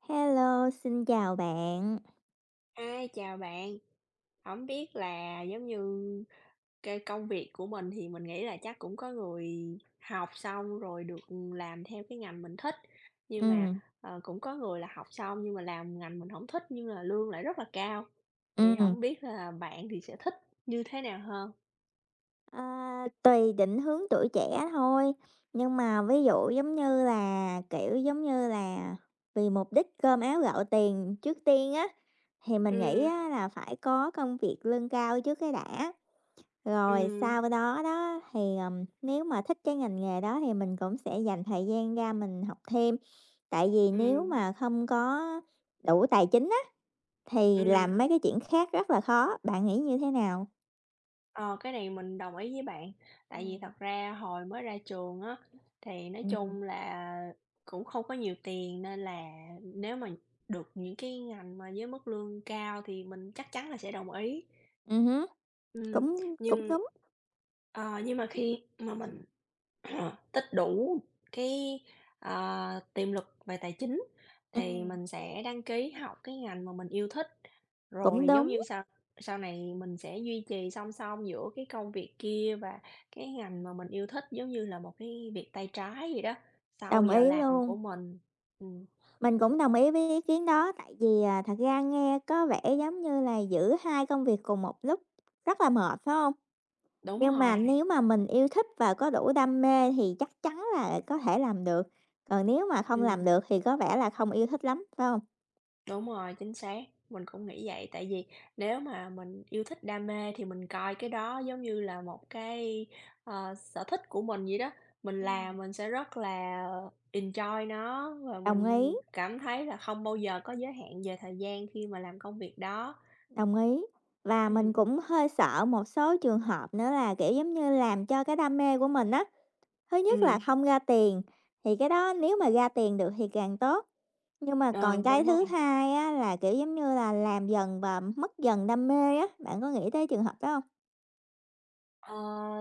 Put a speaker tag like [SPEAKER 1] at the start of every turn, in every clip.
[SPEAKER 1] Hello, xin chào bạn.
[SPEAKER 2] Hi, chào bạn. Không biết là, giống như, cái công việc của mình thì mình nghĩ là chắc cũng có người học xong rồi được làm theo cái ngành mình thích, nhưng mà,
[SPEAKER 1] Ừm,
[SPEAKER 2] cũng có người là học xong nhưng mà làm ngành mình không thích nhưng là lương lại rất là cao, thì
[SPEAKER 1] ừm,
[SPEAKER 2] không biết là bạn thì sẽ thích như thế nào hơn?
[SPEAKER 1] ờ, tùy định hướng tuổi trẻ thôi, nhưng mà ví dụ giống như là, kiểu, giống như là, vì mục đích cơm áo gạo tiền trước tiên á, thì mình nghĩ
[SPEAKER 2] Ừm,
[SPEAKER 1] á là phải có công việc lương cao trước cái đã, rồi
[SPEAKER 2] ừm,
[SPEAKER 1] sau đó đó thì, nếu mà thích cái ngành nghề đó thì mình cũng sẽ dành thời gian ra mình học thêm. Tại vì nếu
[SPEAKER 2] ừm,
[SPEAKER 1] mà không có đủ tài chính thì
[SPEAKER 2] ừm.
[SPEAKER 1] làm mấy cái chuyện khác rất là khó, bạn nghĩ như thế nào?
[SPEAKER 2] Ờ, cái này mình đồng ý với bạn, tại vì
[SPEAKER 1] Ừm.
[SPEAKER 2] thật ra hồi mới ra trường á, thì nói
[SPEAKER 1] Ừm,
[SPEAKER 2] chung là cũng không có nhiều tiền nên là nếu mà được những cái ngành mà với mức lương cao thì mình chắc chắn là sẽ đồng ý.
[SPEAKER 1] hứm,
[SPEAKER 2] Ừm,
[SPEAKER 1] cũng cũng
[SPEAKER 2] nhưng,
[SPEAKER 1] đúng.
[SPEAKER 2] nhưng mà khi mà mình Tích đủ cái, tiềm lực về tài chính thì
[SPEAKER 1] Ừm.
[SPEAKER 2] mình sẽ đăng ký học cái ngành mà mình yêu thích,
[SPEAKER 1] Cũng
[SPEAKER 2] rồi giống
[SPEAKER 1] đúng,
[SPEAKER 2] như sau sau này mình sẽ duy trì song song giữa cái công việc kia và cái ngành mà mình yêu thích, giống như là một cái việc tay trái gì đó, sau
[SPEAKER 1] đồng
[SPEAKER 2] giờ
[SPEAKER 1] ý
[SPEAKER 2] làm
[SPEAKER 1] luôn.
[SPEAKER 2] của mình. Ừm,
[SPEAKER 1] Mình cũng đồng ý với ý kiến đó, tại vì, à, thật ra nghe có vẻ giống như là giữ 2 công việc cùng một lúc rất là mệt, phải không?
[SPEAKER 2] đúng
[SPEAKER 1] Nhưng mà
[SPEAKER 2] rồi,
[SPEAKER 1] nếu mà mình yêu thích và có đủ đam mê thì chắc chắn là có thể làm được, còn nếu mà không làm
[SPEAKER 2] ừm.
[SPEAKER 1] được thì có vẻ là không yêu thích lắm, phải không?
[SPEAKER 2] Đúng rồi, chính xác, mình cũng nghĩ vậy. Tại vì nếu mà mình yêu thích, đam mê thì mình coi cái đó giống như là một cái, sở thích của mình vậy đó. Mình
[SPEAKER 1] Ừm.
[SPEAKER 2] làm mình sẽ rất là enjoy nó và
[SPEAKER 1] Đồng ý.
[SPEAKER 2] mình cảm thấy là không bao giờ có giới hạn về thời gian khi mà làm công việc đó.
[SPEAKER 1] Đồng ý. Và mình
[SPEAKER 2] Ừm,
[SPEAKER 1] cũng hơi sợ một số trường hợp nữa là, kiểu, giống như, làm cho cái đam mê của mình á, thứ nhất là
[SPEAKER 2] ừm,
[SPEAKER 1] không ra tiền, thì cái đó nếu mà ra tiền được thì càng tốt. Nhưng mà còn
[SPEAKER 2] ờ,
[SPEAKER 1] cái
[SPEAKER 2] đúng
[SPEAKER 1] thứ
[SPEAKER 2] rồi.
[SPEAKER 1] hai á là, kiểu, giống như là, làm dần và mất dần đam mê á, bạn có nghĩ tới trường hợp đó không?
[SPEAKER 2] Ờ,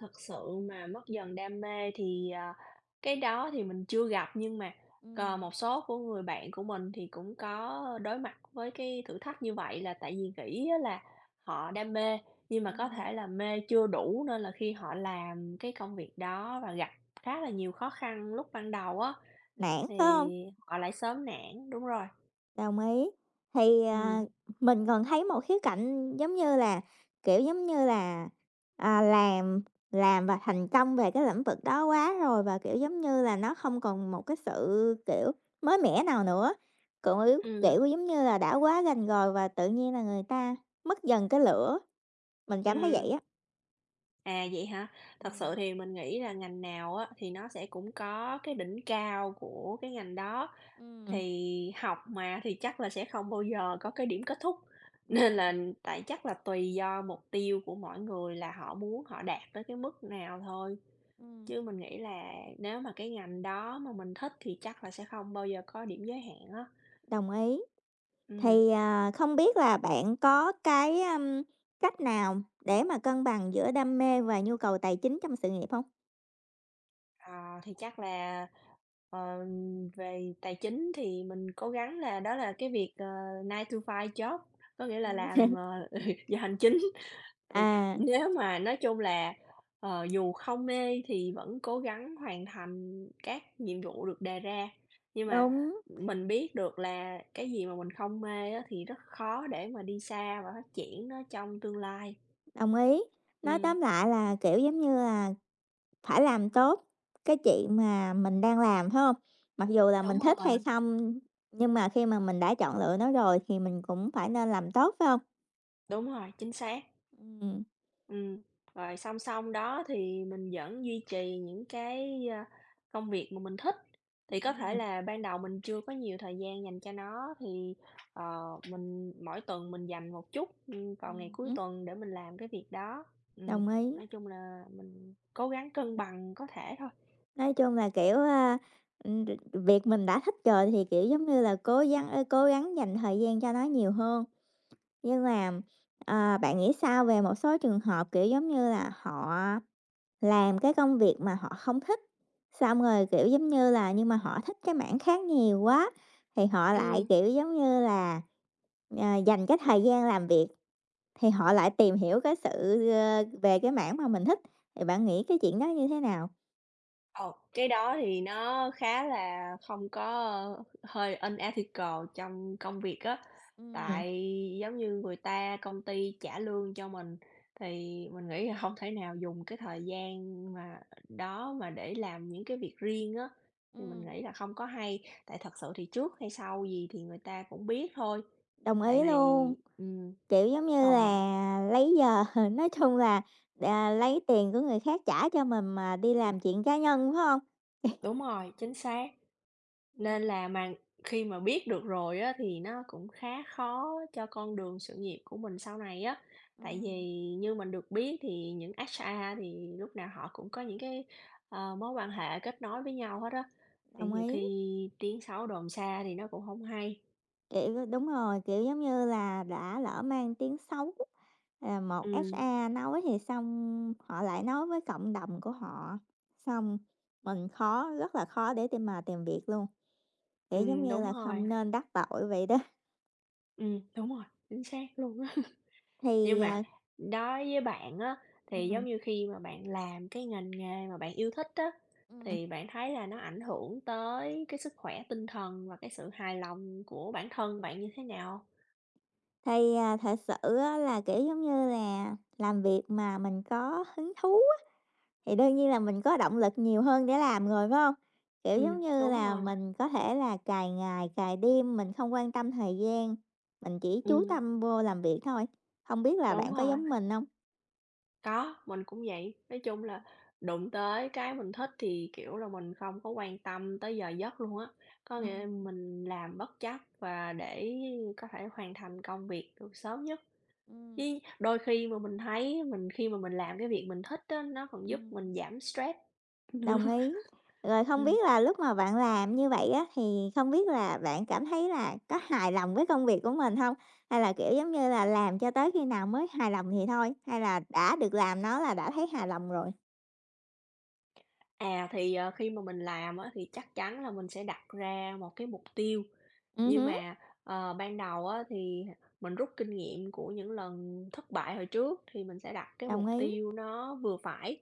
[SPEAKER 2] thật sự mà mất dần đam mê thì, cái đó thì mình chưa gặp, nhưng mà,
[SPEAKER 1] Ừm,
[SPEAKER 2] một số của người bạn của mình thì cũng có đối mặt với cái thử thách như vậy, là tại vì nghĩ á là họ đam mê, nhưng mà có
[SPEAKER 1] ừm.
[SPEAKER 2] thể là mê chưa đủ, nên là khi họ làm cái công việc đó và gặp khá là nhiều khó khăn lúc ban đầu á,
[SPEAKER 1] Nản,
[SPEAKER 2] thì
[SPEAKER 1] phải không?
[SPEAKER 2] họ lại sớm nản. Đúng rồi.
[SPEAKER 1] Đồng ý. Thì,
[SPEAKER 2] Ừ,
[SPEAKER 1] à, mình còn thấy một khía cạnh giống như là, kiểu, giống như là, à, làm và thành công về cái lĩnh vực đó quá rồi và, kiểu, giống như là, nó không còn một cái sự, kiểu, mới mẻ nào nữa, cũ kiểu,
[SPEAKER 2] ừ,
[SPEAKER 1] kiểu giống như là, đã quá rành rồi và tự nhiên là người ta mất dần cái lửa, mình cảm thấy
[SPEAKER 2] ừm.
[SPEAKER 1] vậy á.
[SPEAKER 2] À, vậy hả? Thật
[SPEAKER 1] Ừm,
[SPEAKER 2] sự thì mình nghĩ là ngành nào á, thì nó sẽ cũng có cái đỉnh cao của cái ngành đó.
[SPEAKER 1] ừm,
[SPEAKER 2] Thì học mà thì chắc là sẽ không bao giờ có cái điểm kết thúc, nên
[SPEAKER 1] ừm,
[SPEAKER 2] là tại chắc là tùy do mục tiêu của mọi người là họ muốn họ đạt tới cái mức nào thôi.
[SPEAKER 1] ừm.
[SPEAKER 2] Chứ mình nghĩ là nếu mà cái ngành đó mà mình thích thì chắc là sẽ không bao giờ có điểm giới hạn á.
[SPEAKER 1] Đồng ý.
[SPEAKER 2] Ừm.
[SPEAKER 1] Thì, à, không biết là bạn có cái, cách nào để mà cân bằng giữa đam mê và nhu cầu tài chính trong sự nghiệp không?
[SPEAKER 2] À, thì chắc là, ờ, về tài chính thì mình cố gắng là đó là cái việc, 9-to-5 job, có nghĩa là
[SPEAKER 1] Ừm.
[SPEAKER 2] làm, giờ hành chính. Thì
[SPEAKER 1] À,
[SPEAKER 2] nếu mà nói chung là, dù không mê thì vẫn cố gắng hoàn thành các nhiệm vụ được đề ra, nhưng mà
[SPEAKER 1] đúng,
[SPEAKER 2] mình biết được là cái gì mà mình không mê á thì rất khó để mà đi xa và phát triển nó trong tương lai.
[SPEAKER 1] đồng ý. Nói
[SPEAKER 2] Ừm,
[SPEAKER 1] tóm lại là, kiểu, giống như là, phải làm tốt cái chuyện mà mình đang làm, phải không? Mặc dù là mình
[SPEAKER 2] đúng
[SPEAKER 1] thích hay
[SPEAKER 2] rồi,
[SPEAKER 1] không, nhưng mà khi mà mình đã chọn lựa nó rồi thì mình cũng phải nên làm tốt, phải không?
[SPEAKER 2] đúng rồi, chính xác.
[SPEAKER 1] Ừm,
[SPEAKER 2] Ừ, rồi song song đó thì mình vẫn duy trì những cái, công việc mà mình thích. Thì có thể
[SPEAKER 1] ừm,
[SPEAKER 2] là ban đầu mình chưa có nhiều thời gian dành cho nó thì, ờ, mình mỗi tuần mình dành một chút, vào ngày cuối
[SPEAKER 1] ừm
[SPEAKER 2] tuần để mình làm cái việc đó. Ừm,
[SPEAKER 1] đồng ý.
[SPEAKER 2] nói chung là mình cố gắng cân bằng có thể thôi.
[SPEAKER 1] Nói chung là, kiểu, a, ừm, việc mình đã thích rồi thì, kiểu, giống như là, cố gắng cố gắng dành thời gian cho nó nhiều hơn. Nhưng mà, ờ, bạn nghĩ sao về một số trường hợp, kiểu, giống như là, họ làm cái công việc mà họ không thích, xong rồi, kiểu, giống như là, nhưng mà họ thích cái mảng khác nhiều quá, thì họ lại,
[SPEAKER 2] Ừ.
[SPEAKER 1] kiểu, giống như là, ờ, dành cái thời gian làm việc thì họ lại tìm hiểu cái sự, về cái mảng mà mình thích, thì bạn nghĩ cái chuyện đó như thế nào?
[SPEAKER 2] Ờ, cái đó thì nó khá là không có, hơi unethical trong công việc á,
[SPEAKER 1] Ừm,
[SPEAKER 2] tại giống như người ta công ty trả lương cho mình thì mình nghĩ là không thể nào dùng cái thời gian mà đó mà để làm những cái việc riêng á, thì mình
[SPEAKER 1] ừm,
[SPEAKER 2] nghĩ là không có hay. Tại thật sự thì trước hay sau gì thì người ta cũng biết thôi,
[SPEAKER 1] đồng
[SPEAKER 2] tại
[SPEAKER 1] ý
[SPEAKER 2] vì
[SPEAKER 1] luôn.
[SPEAKER 2] ừm,
[SPEAKER 1] Kiểu, giống như
[SPEAKER 2] còn
[SPEAKER 1] là, lấy giờ nói chung là, à, lấy tiền của người khác trả cho mình mà đi làm chuyện cá nhân, phải không?
[SPEAKER 2] đúng rồi, chính xác. Nên
[SPEAKER 1] Ừm,
[SPEAKER 2] là mà khi mà biết được rồi á, thì nó cũng khá khó cho con đường sự nghiệp của mình sau này á. Tại vì
[SPEAKER 1] ừm,
[SPEAKER 2] như mình được biết thì những HR thì lúc nào họ cũng có những cái, mối quan hệ kết nối với nhau hết á, thì
[SPEAKER 1] đồng
[SPEAKER 2] nhiều
[SPEAKER 1] ý,
[SPEAKER 2] khi tiếng xấu đồn xa thì nó cũng không hay.
[SPEAKER 1] kiểu đúng rồi, kiểu, giống như là, đã lỡ mang tiếng xấu, là một
[SPEAKER 2] Ừm,
[SPEAKER 1] HR nói thì xong họ lại nói với cộng đồng của họ, xong mình rất là khó để tìm việc luôn, kiểu, giống
[SPEAKER 2] ừm,
[SPEAKER 1] như
[SPEAKER 2] đúng
[SPEAKER 1] là,
[SPEAKER 2] rồi,
[SPEAKER 1] không nên đắc tội vậy đó.
[SPEAKER 2] đúng rồi, chính xác luôn á.
[SPEAKER 1] Thì,
[SPEAKER 2] Nhưng mà
[SPEAKER 1] à,
[SPEAKER 2] đối với bạn á, thì giống
[SPEAKER 1] ừm,
[SPEAKER 2] như khi mà bạn làm cái ngành nghề mà bạn yêu thích á,
[SPEAKER 1] ừm.
[SPEAKER 2] thì bạn thấy là nó ảnh hưởng tới cái sức khỏe tinh thần và cái sự hài lòng của bản thân bạn như thế nào?
[SPEAKER 1] Thì, à, thật sự á là, kiểu, giống như là, làm việc mà mình có hứng thú á, thì đương nhiên là mình có động lực nhiều hơn để làm rồi, phải không? Kiểu,
[SPEAKER 2] Ừm,
[SPEAKER 1] giống như
[SPEAKER 2] đúng
[SPEAKER 1] là,
[SPEAKER 2] rồi,
[SPEAKER 1] mình có thể là cày ngày, cày đêm, mình không quan tâm thời gian, mình chỉ chú
[SPEAKER 2] ừm,
[SPEAKER 1] tâm vô làm việc thôi. Không biết là
[SPEAKER 2] đúng
[SPEAKER 1] bạn có
[SPEAKER 2] rồi,
[SPEAKER 1] giống mình không?
[SPEAKER 2] có, mình cũng vậy. Nói chung là đụng tới cái mình thích thì, kiểu là, mình không có quan tâm tới giờ giấc luôn á, có nghĩa là
[SPEAKER 1] Ừm,
[SPEAKER 2] mình làm bất chấp và để có thể hoàn thành công việc được sớm nhất.
[SPEAKER 1] ừm,
[SPEAKER 2] Với đôi khi mà mình thấy mình khi mà mình làm cái việc mình thích á, nó còn giúp
[SPEAKER 1] ừm.
[SPEAKER 2] mình giảm stress nữa.
[SPEAKER 1] Đồng ý. Rồi không
[SPEAKER 2] Ừm.
[SPEAKER 1] biết là lúc mà bạn làm như vậy á, thì không biết là bạn cảm thấy là có hài lòng với công việc của mình không? Hay là, kiểu, giống như là, làm cho tới khi nào mới hài lòng thì thôi? Hay là đã được làm nó là đã thấy hài lòng rồi?
[SPEAKER 2] À, thì, khi mà mình làm á, thì chắc chắn là mình sẽ đặt ra một cái mục tiêu, nhưng
[SPEAKER 1] Hứm,
[SPEAKER 2] mà, ban đầu á, thì mình rút kinh nghiệm của những lần thất bại hồi trước thì mình sẽ đặt cái
[SPEAKER 1] đồng
[SPEAKER 2] mục
[SPEAKER 1] ý,
[SPEAKER 2] tiêu nó vừa phải,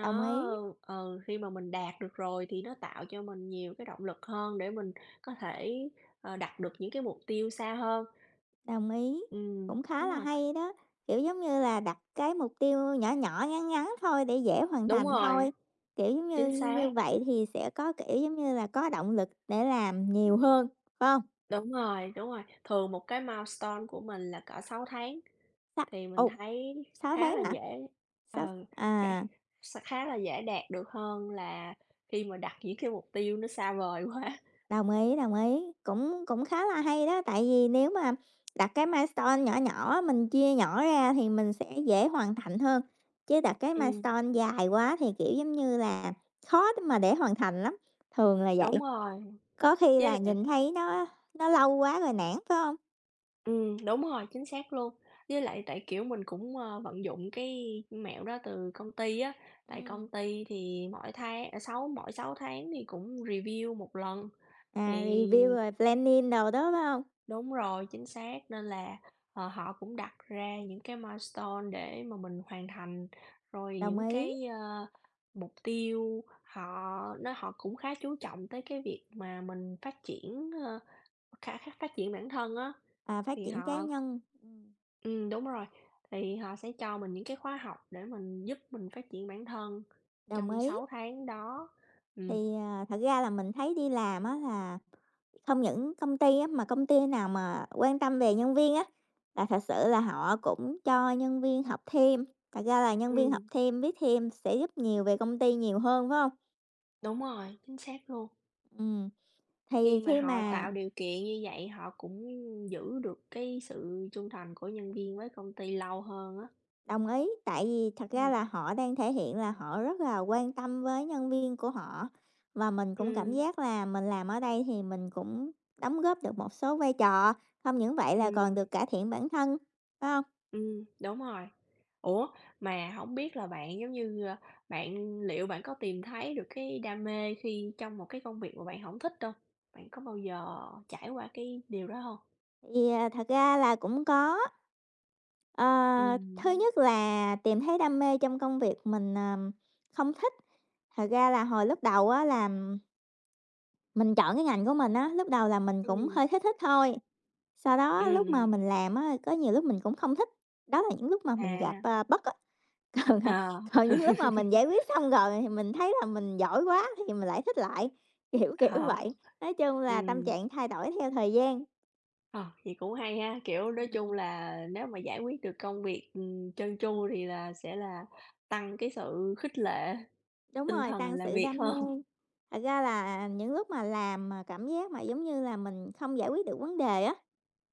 [SPEAKER 1] đồng ý,
[SPEAKER 2] khi mà mình đạt được rồi thì nó tạo cho mình nhiều cái động lực hơn để mình có thể, đặt được những cái mục tiêu xa hơn.
[SPEAKER 1] đồng ý.
[SPEAKER 2] Ừm,
[SPEAKER 1] Cũng khá
[SPEAKER 2] đúng
[SPEAKER 1] là
[SPEAKER 2] rồi,
[SPEAKER 1] hay đó, kiểu, giống như là, đặt cái mục tiêu nhỏ nhỏ, ngắn ngắn thôi để dễ hoàn
[SPEAKER 2] đúng
[SPEAKER 1] thành
[SPEAKER 2] rồi.
[SPEAKER 1] thôi. Kiểu, giống như
[SPEAKER 2] Chính xác,
[SPEAKER 1] như vậy thì sẽ có, kiểu, giống như là, có động lực để làm nhiều hơn, phải hông?
[SPEAKER 2] đúng rồi, đúng rồi. Thường một cái milestone của mình là cỡ 6 tháng
[SPEAKER 1] Sắc
[SPEAKER 2] thì mình
[SPEAKER 1] ồ.
[SPEAKER 2] thấy
[SPEAKER 1] Sáu
[SPEAKER 2] khá
[SPEAKER 1] tháng
[SPEAKER 2] là
[SPEAKER 1] hả?
[SPEAKER 2] dễ,
[SPEAKER 1] Sao
[SPEAKER 2] ờ, khá
[SPEAKER 1] à,
[SPEAKER 2] khá là dễ đạt được hơn là khi mà đặt những cái mục tiêu nó xa vời quá.
[SPEAKER 1] đồng ý, cũng cũng khá là hay đó, tại vì nếu mà đặt cái milestone nhỏ nhỏ, mình chia nhỏ ra thì mình sẽ dễ hoàn thành hơn, chứ đặt cái
[SPEAKER 2] Ừm,
[SPEAKER 1] milestone dài quá thì, kiểu, giống như là, khó để để hoàn thành lắm, thường là vậy,
[SPEAKER 2] đúng rồi,
[SPEAKER 1] có khi
[SPEAKER 2] với
[SPEAKER 1] là
[SPEAKER 2] lại
[SPEAKER 1] nhìn thấy nó lâu quá rồi nản, phải không?
[SPEAKER 2] đúng rồi, chính xác luôn. Với lại tại, kiểu, mình cũng, vận dụng cái mẹo đó từ công ty á, tại công
[SPEAKER 1] Ừm,
[SPEAKER 2] ty thì mỗi 6 tháng thì cũng review một lần,
[SPEAKER 1] à,
[SPEAKER 2] thì
[SPEAKER 1] review rồi planning đồ đó, phải không?
[SPEAKER 2] Đúng rồi, chính xác, nên là, họ cũng đặt ra những cái milestone để mà mình hoàn thành, rồi
[SPEAKER 1] Đồng
[SPEAKER 2] những
[SPEAKER 1] ý,
[SPEAKER 2] cái, mục tiêu họ nó họ cũng khá chú trọng tới cái việc mà mình phát triển, khá phát triển bản thân á,
[SPEAKER 1] à, phát
[SPEAKER 2] thì
[SPEAKER 1] triển cá
[SPEAKER 2] họ
[SPEAKER 1] nhân,
[SPEAKER 2] đúng rồi, thì họ sẽ cho mình những cái khóa học để mình giúp mình phát triển bản thân
[SPEAKER 1] đồng
[SPEAKER 2] trong
[SPEAKER 1] ý.
[SPEAKER 2] 6 tháng đó. Ừm,
[SPEAKER 1] Thì, à, thật ra là mình thấy đi làm á là không những công ty á, mà công ty nào mà quan tâm về nhân viên á, là thật sự là họ cũng cho nhân viên học thêm. Thật ra là nhân viên học
[SPEAKER 2] ừm,
[SPEAKER 1] thêm, biết thêm sẽ giúp nhiều về công ty nhiều hơn, phải không?
[SPEAKER 2] đúng rồi, chính xác luôn.
[SPEAKER 1] Ừm, thì
[SPEAKER 2] Khi mà
[SPEAKER 1] khi
[SPEAKER 2] họ
[SPEAKER 1] mà
[SPEAKER 2] tạo điều kiện như vậy họ cũng giữ được cái sự trung thành của nhân viên với công ty lâu hơn á.
[SPEAKER 1] đồng ý, tại vì thật ra
[SPEAKER 2] Ừm.
[SPEAKER 1] là họ đang thể hiện là họ rất là quan tâm với nhân viên của họ, và mình cũng cảm
[SPEAKER 2] Ừm,
[SPEAKER 1] giác là mình làm ở đây thì mình cũng đóng góp được một số vai trò, không những vậy là còn
[SPEAKER 2] ừm,
[SPEAKER 1] được cải thiện bản thân, phải không?
[SPEAKER 2] đúng rồi. Ủa, mà hổng biết là bạn, giống như, bạn liệu bạn có tìm thấy được cái đam mê khi trong một cái công việc mà bạn hổng thích hông? Bạn có bao giờ trải qua cái điều đó hông?
[SPEAKER 1] Thì, à, thật ra là cũng có. Ờ, thứ
[SPEAKER 2] Ừm,
[SPEAKER 1] nhất là tìm thấy đam mê trong công việc mình, không thích. Thật ra là hồi lúc đầu á là mình chọn cái ngành của mình á, lúc đầu là mình cũng
[SPEAKER 2] ừm,
[SPEAKER 1] hơi thích thích thôi, sau đó lúc mà
[SPEAKER 2] ừm,
[SPEAKER 1] mình làm á, có nhiều lúc mình cũng không thích, đó là những lúc mà mình gặp,
[SPEAKER 2] à,
[SPEAKER 1] bất á. Còn, à,
[SPEAKER 2] ờ,
[SPEAKER 1] còn những lúc mà mình giải quyết xong rồi thì mình thấy là mình giỏi quá thì mình lại thích lại, kiểu
[SPEAKER 2] ờ.
[SPEAKER 1] vậy. Nói chung là tâm
[SPEAKER 2] Ừm.
[SPEAKER 1] trạng thay đổi theo thời gian.
[SPEAKER 2] Ờ, vậy cũng hay ha, kiểu, nói chung
[SPEAKER 1] Ừ.
[SPEAKER 2] là nếu mà giải quyết được công việc, trơn tru thì là sẽ là tăng cái sự khích lệ
[SPEAKER 1] Đúng
[SPEAKER 2] tinh
[SPEAKER 1] rồi,
[SPEAKER 2] thần
[SPEAKER 1] tăng
[SPEAKER 2] làm
[SPEAKER 1] sự
[SPEAKER 2] việc
[SPEAKER 1] đam
[SPEAKER 2] hơn.
[SPEAKER 1] mê. Thật ra là những lúc mà làm mà cảm giác mà, giống như là, mình không giải quyết được vấn đề á,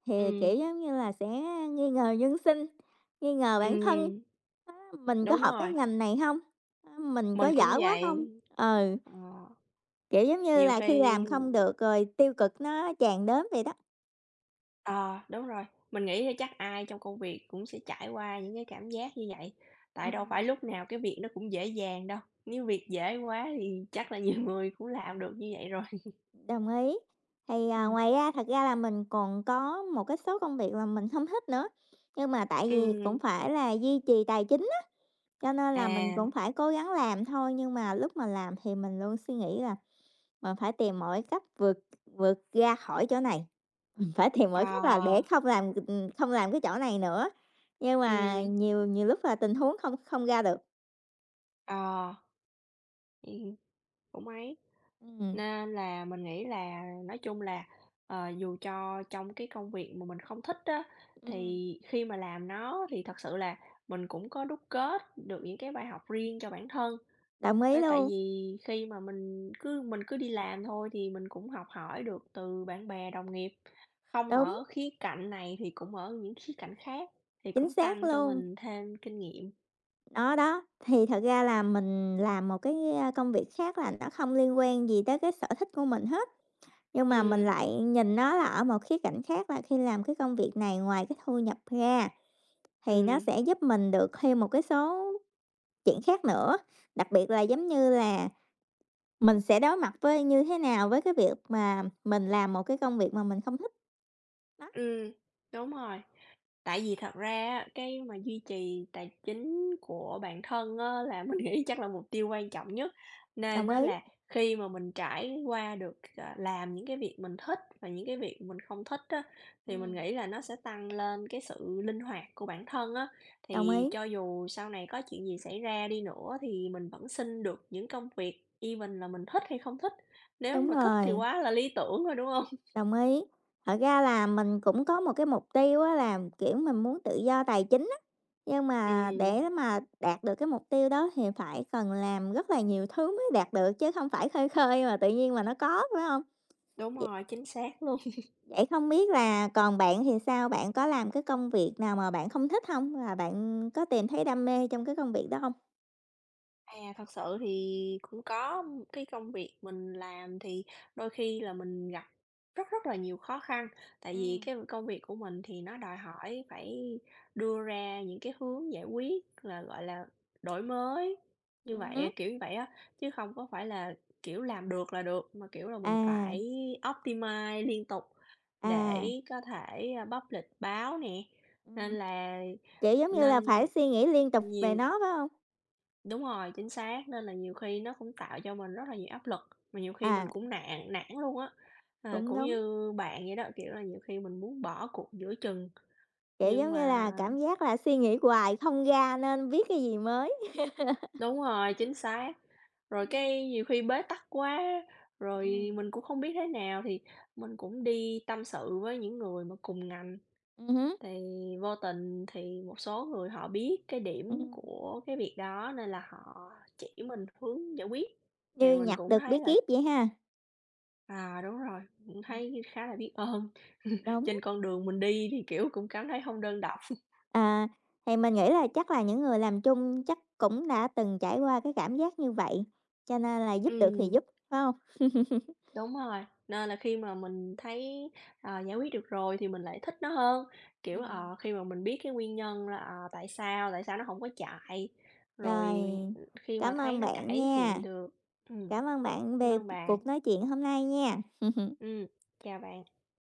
[SPEAKER 1] thì,
[SPEAKER 2] Ừ,
[SPEAKER 1] kiểu, giống như là, sẽ nghi ngờ nhân sinh, nghi ngờ bản thân,
[SPEAKER 2] ừm,
[SPEAKER 1] mình có
[SPEAKER 2] đúng
[SPEAKER 1] hợp với
[SPEAKER 2] rồi,
[SPEAKER 1] ngành này không, mình có
[SPEAKER 2] mình cũng
[SPEAKER 1] giỏi quá
[SPEAKER 2] vậy.
[SPEAKER 1] không, ừ,
[SPEAKER 2] Ờ,
[SPEAKER 1] kiểu, giống như
[SPEAKER 2] nhiều
[SPEAKER 1] là, khi
[SPEAKER 2] khi
[SPEAKER 1] làm không được rồi tiêu cực nó tràn đến vậy đó.
[SPEAKER 2] ờ, đúng rồi, mình nghĩ là chắc ai trong công việc cũng sẽ trải qua những cái cảm giác như vậy, tại đâu
[SPEAKER 1] Ừm,
[SPEAKER 2] phải lúc nào cái việc nó cũng dễ dàng đâu, nếu việc dễ quá thì chắc là nhiều người cũng làm được như vậy rồi.
[SPEAKER 1] đồng ý. Thì,
[SPEAKER 2] ừ,
[SPEAKER 1] à, ngoài ra thật ra là mình còn có một cái số công việc là mình không thích nữa, nhưng mà tại vì cũng
[SPEAKER 2] ừm,
[SPEAKER 1] phải là duy trì tài chính. Cho nên là mình
[SPEAKER 2] à,
[SPEAKER 1] cũng phải cố gắng làm thôi, nhưng mà lúc mà làm thì mình luôn suy nghĩ là mình phải tìm mọi cách vượt vượt ra khỏi chỗ này, mình phải tìm
[SPEAKER 2] ờ,
[SPEAKER 1] mọi cách là để không làm, không làm cái chỗ này nữa. Nhưng mà
[SPEAKER 2] ừm.
[SPEAKER 1] nhiều nhiều lúc là tình huống không không ra được.
[SPEAKER 2] Ờ, thì cũng ấy,
[SPEAKER 1] Ừm.
[SPEAKER 2] nên là mình nghĩ là nói chung là, dù cho trong cái công việc mà mình không thích á,
[SPEAKER 1] Ừm.
[SPEAKER 2] thì khi mà làm nó thì thật sự là mình cũng có đúc kết được những cái bài học riêng cho bản thân.
[SPEAKER 1] Đồng ý
[SPEAKER 2] Ê, tại
[SPEAKER 1] luôn,
[SPEAKER 2] vì khi mà mình cứ đi làm thôi thì mình cũng học hỏi được từ bạn bè, đồng nghiệp, không
[SPEAKER 1] đúng,
[SPEAKER 2] ở khía cạnh này thì cũng ở những khía cạnh khác, thì
[SPEAKER 1] chính
[SPEAKER 2] cũng
[SPEAKER 1] xác
[SPEAKER 2] tăng cho
[SPEAKER 1] luôn.
[SPEAKER 2] mình thêm kinh nghiệm.
[SPEAKER 1] Đó, đó, thì thật ra là mình làm một cái, a, công việc khác là nó không liên quan gì tới cái sở thích của mình hết. Nhưng mà mình
[SPEAKER 2] Ừ.
[SPEAKER 1] lại nhìn nó là ở một khía cạnh khác là khi làm cái công việc này ngoài cái thu nhập ra thì nó
[SPEAKER 2] Ừm.
[SPEAKER 1] sẽ giúp mình được thêm một cái số chuyện khác nữa. Đặc biệt là giống như là mình sẽ đối mặt với như thế nào với cái việc mà mình làm một cái công việc mà mình không thích. Đó,
[SPEAKER 2] Ừ, đúng rồi. Tại vì thật ra á, cái mà duy trì tài chính của bản thân á, là mình nghĩ chắc là mục tiêu quan trọng nhất, nên
[SPEAKER 1] đồng
[SPEAKER 2] nó
[SPEAKER 1] ý.
[SPEAKER 2] là khi mà mình trải qua được, làm những cái việc mình thích và những cái việc mình không thích á, thì mình
[SPEAKER 1] Ừm,
[SPEAKER 2] nghĩ là nó sẽ tăng lên cái sự linh hoạt của bản thân á.
[SPEAKER 1] đồng
[SPEAKER 2] Thì
[SPEAKER 1] ý,
[SPEAKER 2] cho dù sau này có chuyện gì xảy ra đi nữa thì mình vẫn xin được những công việc even là mình thích hay không thích, nếu
[SPEAKER 1] đúng
[SPEAKER 2] mà thích thì
[SPEAKER 1] rồi.
[SPEAKER 2] quá là lý tưởng rồi, đúng không?
[SPEAKER 1] Đồng ý. Thật ra là mình cũng có một cái mục tiêu á là, kiểu, mình muốn tự do tài chính á, nhưng mà
[SPEAKER 2] Ừ,
[SPEAKER 1] để mà đạt được cái mục tiêu đó thì phải cần làm rất là nhiều thứ mới đạt được chứ không phải khơi khơi mà tự nhiên mà nó có, phải không?
[SPEAKER 2] đúng
[SPEAKER 1] Vậy
[SPEAKER 2] rồi, chính xác luôn.
[SPEAKER 1] vậy không biết là còn bạn thì sao? Bạn có làm cái công việc nào mà bạn không thích không? Và bạn có tìm thấy đam mê trong cái công việc đó không?
[SPEAKER 2] À, thật sự thì cũng có cái công việc mình làm thì đôi khi là mình gặp rất rất là nhiều khó khăn. Tại vì
[SPEAKER 1] Ừm,
[SPEAKER 2] cái công việc của mình thì nó đòi hỏi phải đưa ra những cái hướng giải quyết là, gọi là, đổi mới, như
[SPEAKER 1] ừm Ừm.
[SPEAKER 2] vậy kiểu như vậy á, chứ không có phải là, kiểu, làm được là được, mà, kiểu là, mình
[SPEAKER 1] À,
[SPEAKER 2] phải optimize liên tục
[SPEAKER 1] à,
[SPEAKER 2] để có thể, publish báo nè. Nên
[SPEAKER 1] Ừm.
[SPEAKER 2] là
[SPEAKER 1] Kiểu, giống như là phải
[SPEAKER 2] nên
[SPEAKER 1] suy nghĩ liên tục về
[SPEAKER 2] nhiều
[SPEAKER 1] nó, phải không?
[SPEAKER 2] Đúng rồi, chính xác, nên là nhiều khi nó cũng tạo cho mình rất là nhiều áp lực, mà nhiều khi
[SPEAKER 1] À,
[SPEAKER 2] mình cũng nản nản luôn á. À,
[SPEAKER 1] cũng
[SPEAKER 2] cũng
[SPEAKER 1] đúng.
[SPEAKER 2] như bạn vậy đó, kiểu là, nhiều khi mình muốn bỏ cuộc giữa chừng,
[SPEAKER 1] Kiểu,
[SPEAKER 2] nhưng
[SPEAKER 1] giống như
[SPEAKER 2] mà
[SPEAKER 1] là, cảm giác là suy nghĩ hoài không ra nên viết cái gì mới.
[SPEAKER 2] đúng rồi, chính xác. Rồi
[SPEAKER 1] Ừm,
[SPEAKER 2] cái nhiều khi bế tắc quá, rồi
[SPEAKER 1] ừm,
[SPEAKER 2] mình cũng không biết thế nào thì mình cũng đi tâm sự với những người mà cùng ngành,
[SPEAKER 1] ừm hứm,
[SPEAKER 2] thì vô tình thì một số người họ biết cái điểm
[SPEAKER 1] ừm.
[SPEAKER 2] của cái việc đó nên là họ chỉ mình hướng giải quyết. Thì
[SPEAKER 1] Như
[SPEAKER 2] mình
[SPEAKER 1] nhặt
[SPEAKER 2] cũng
[SPEAKER 1] được bí
[SPEAKER 2] thấy là,
[SPEAKER 1] kíp vậy ha.
[SPEAKER 2] à, đúng rồi, cũng
[SPEAKER 1] Ừm.
[SPEAKER 2] thấy khá là biết ơn.
[SPEAKER 1] Đúng,
[SPEAKER 2] Trên con đường mình đi thì, kiểu, cũng cảm thấy không đơn độc.
[SPEAKER 1] à, thì mình nghĩ là chắc là những người làm chung chắc cũng đã từng trải qua cái cảm giác như vậy, cho nên là giúp được thì
[SPEAKER 2] Ừm,
[SPEAKER 1] giúp, phải hông?
[SPEAKER 2] đúng rồi, nên là khi mà mình thấy, giải quyết được rồi thì mình lại thích nó hơn. Kiểu,
[SPEAKER 1] Ừm.
[SPEAKER 2] khi mà mình biết cái nguyên nhân là, tại sao nó không có chạy,
[SPEAKER 1] Rồi,
[SPEAKER 2] rồi, khi mà
[SPEAKER 1] cảm ơn
[SPEAKER 2] thấy nó
[SPEAKER 1] bạn
[SPEAKER 2] cải
[SPEAKER 1] nha,
[SPEAKER 2] thiện được. Ừm,
[SPEAKER 1] cảm ơn bạn
[SPEAKER 2] cảm
[SPEAKER 1] về
[SPEAKER 2] ơn bạn.
[SPEAKER 1] cuộc nói chuyện hôm nay nha.
[SPEAKER 2] Ừm, chào bạn.